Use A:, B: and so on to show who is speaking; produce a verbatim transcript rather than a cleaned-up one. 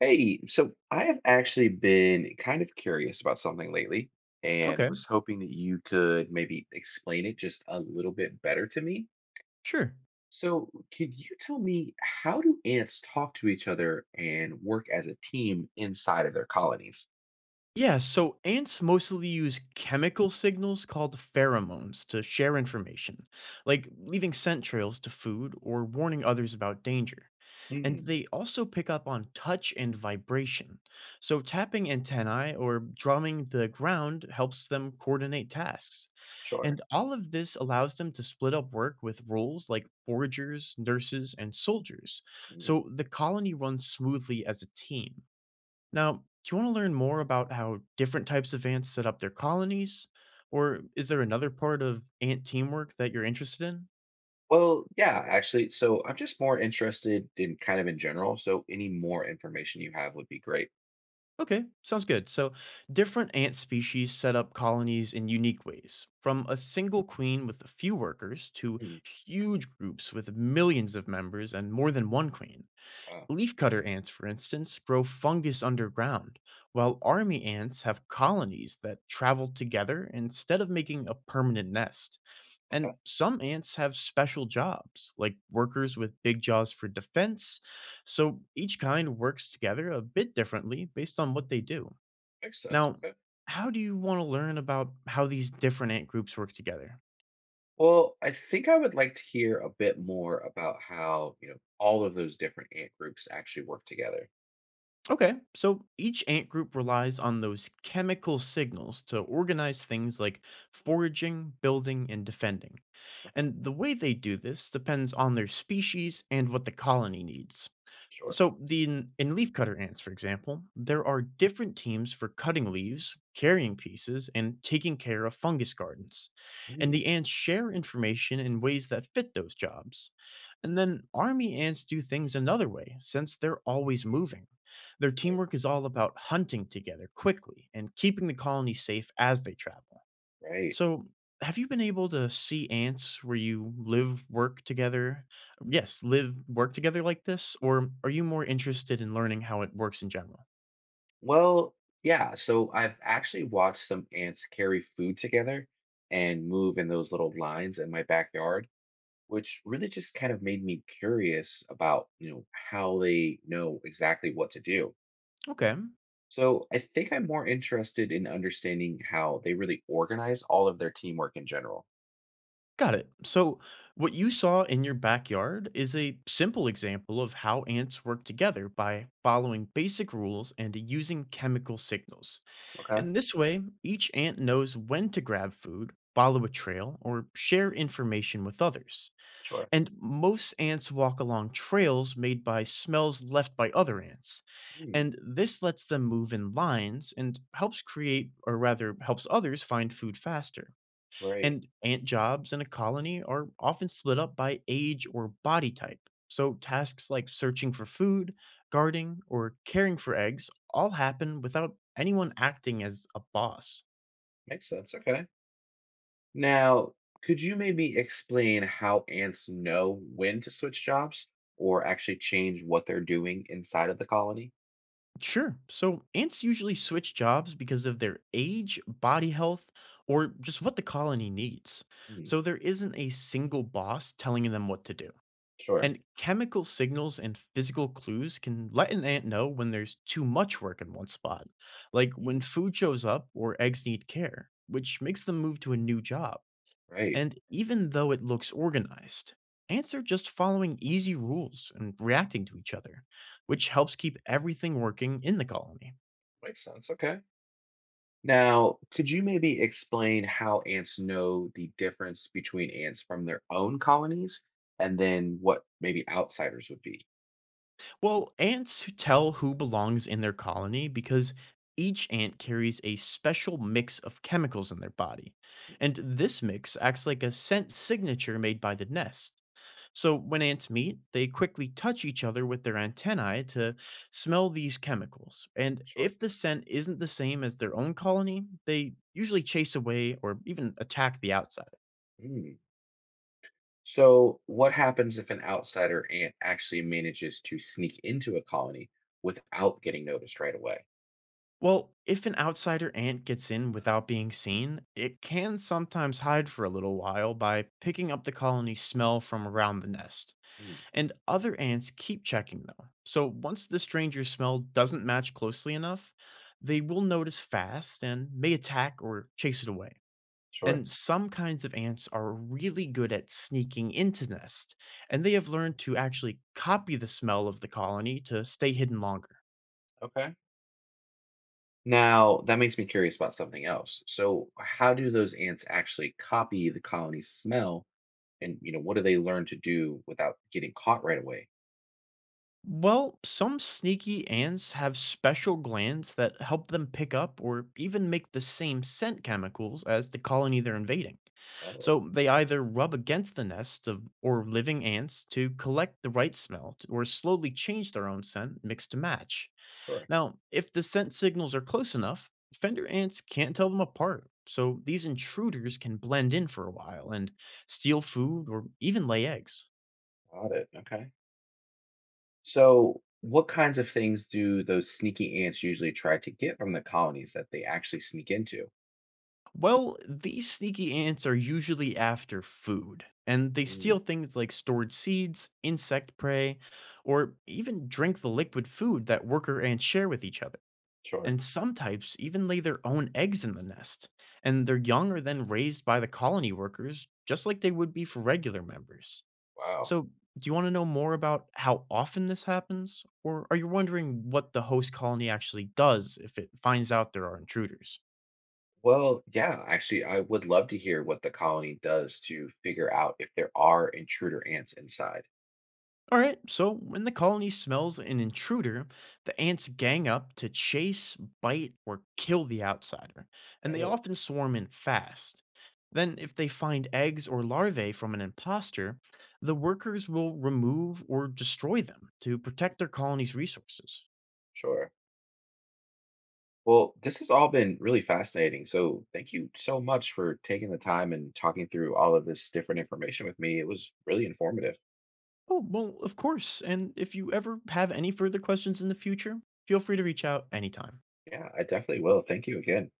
A: Hey, so I have actually been kind of curious about something lately and
B: Okay,
A: was hoping that you could maybe explain it just a little bit better to me.
B: sure.
A: So, could you tell me, how do ants talk to each other and work as a team inside of their colonies?
B: Yeah, so ants mostly use chemical signals called pheromones to share information, like leaving scent trails to food or warning others about danger. And
A: Hmm,
B: they also pick up on touch and vibration. So tapping antennae or drumming the ground helps them coordinate tasks.
A: sure.
B: And all of this allows them to split up work with roles like foragers, nurses, and soldiers.
A: Mm.
B: So the colony runs smoothly as a team. Now, do you want to learn more about how different types of ants set up their colonies? Or is there another part of ant teamwork that you're interested in?
A: Well, yeah, actually. So, I'm just more interested in kind of in general. So, any more information you have would be great.
B: Okay, sounds good. So, different ant species set up colonies in unique ways, from a single queen with a few workers to
A: Hmm.
B: huge groups with millions of members and more than one queen.
A: Wow.
B: Leafcutter ants, for instance, grow fungus underground, while army ants have colonies that travel together instead of making a permanent nest.
A: Okay.
B: And some ants have special jobs, like workers with big jaws for defense, so each kind works together a bit differently based on what they do.
A: Makes sense.
B: Now, how do you want to learn about how these different ant groups work together?
A: Well, I think I would like to hear a bit more about how, you know, all of those different ant groups actually work together.
B: Okay, so each ant group relies on those chemical signals to organize things like foraging, building, and defending.
A: Okay,
B: And the way they do this depends on their species and what the colony needs.
A: sure.
B: So, the in, in leafcutter ants, for example, there are different teams for cutting leaves, carrying pieces, and taking care of fungus gardens. And
A: Mm,
B: the ants share information in ways that fit those jobs. And then army ants do things another way, since they're always moving. Their
A: right,
B: teamwork is all about hunting together quickly and keeping the colony safe as they travel.
A: right.
B: So, have you been able to see ants where you live, work together? Yes, live, work together like this? Or are you more interested in learning how it works in general?
A: Well, yeah, so I've actually watched some ants carry food together and move in those little lines in my backyard, which really just kind of made me curious about, you know, how they know exactly what to do.
B: Okay,
A: So I think I'm more interested in understanding how they really organize all of their teamwork in general.
B: got it. So, what you saw in your backyard is a simple example of how ants work together by following basic rules and using chemical signals.
A: Okay,
B: And this way, each ant knows when to grab food, follow a trail, or share information with others.
A: sure.
B: And most ants walk along trails made by smells left by other ants.
A: Hmm,
B: And this lets them move in lines and helps create, or rather, helps others find food faster.
A: right.
B: And ant jobs in a colony are often split up by age or body type. So tasks like searching for food, guarding, or caring for eggs all happen without anyone acting as a boss.
A: Makes sense. Okay. Now, could you maybe explain how ants know when to switch jobs or actually change what they're doing inside of the colony?
B: Sure. So ants usually switch jobs because of their age, body health, or just what the colony needs.
A: Hmm,
B: So there isn't a single boss telling them what to do.
A: sure.
B: And chemical signals and physical clues can let an ant know when there's too much work in one spot, like when
A: Hmm,
B: food shows up or eggs need care, which makes them move to a new job.
A: right.
B: And even though it looks organized, ants are just following easy rules and reacting to each other, which helps keep everything working in the colony.
A: Makes sense. Okay. Now, could you maybe explain how ants know the difference between ants from their own colonies and then what maybe outsiders would be?
B: Well, ants who tell who belongs in their colony because each ant carries a special mix of chemicals in their body. And this mix acts like a scent signature made by the nest. So when ants meet, they quickly touch each other with their antennae to smell these chemicals. And
A: Sure.
B: if the scent isn't the same as their own colony, they usually chase away or even attack the outside.
A: So, what happens if an outsider ant actually manages to sneak into a colony without getting noticed right away?
B: Well, if an outsider ant gets in without being seen, it can sometimes hide for a little while by picking up the colony's smell from around the nest.
A: Hmm,
B: And other ants keep checking though. So once the stranger's smell doesn't match closely enough, they will notice fast and may attack or chase it away.
A: sure.
B: And some kinds of ants are really good at sneaking into nest, and they have learned to actually copy the smell of the colony to stay hidden longer.
A: Okay. Now, that makes me curious about something else. So, how do those ants actually copy the colony's smell? And, you know, what do they learn to do without getting caught right away?
B: Well, some sneaky ants have special glands that help them pick up or even make the same scent chemicals as the colony they're invading.
A: Oh,
B: So they either rub against the nest of or living ants to collect the right smell t- or slowly change their own scent mix to match.
A: sure.
B: Now, if the scent signals are close enough, fender ants can't tell them apart. So these intruders can blend in for a while and steal food or even lay eggs.
A: Got it. Okay. So, what kinds of things do those sneaky ants usually try to get from the colonies that they actually sneak into?
B: Well, these sneaky ants are usually after food, and they
A: Mm,
B: steal things like stored seeds, insect prey, or even drink the liquid food that worker ants share with each other.
A: sure.
B: And some types even lay their own eggs in the nest, and their young are then raised by the colony workers, just like they would be for regular members.
A: Wow.
B: So, do you want to know more about how often this happens, or are you wondering what the host colony actually does if it finds out there are intruders?
A: Well, yeah, actually, I would love to hear what the colony does to figure out if there are intruder ants inside.
B: All right, so when the colony smells an intruder, the ants gang up to chase, bite, or kill the outsider, and they
A: Oh,
B: often swarm in fast. Then, if they find eggs or larvae from an imposter, the workers will remove or destroy them to protect their colony's resources.
A: sure. Well, this has all been really fascinating. So, thank you so much for taking the time and talking through all of this different information with me. It was really informative.
B: Oh, well, of course, and if you ever have any further questions in the future, feel free to reach out anytime.
A: Yeah, I definitely will. Thank you again.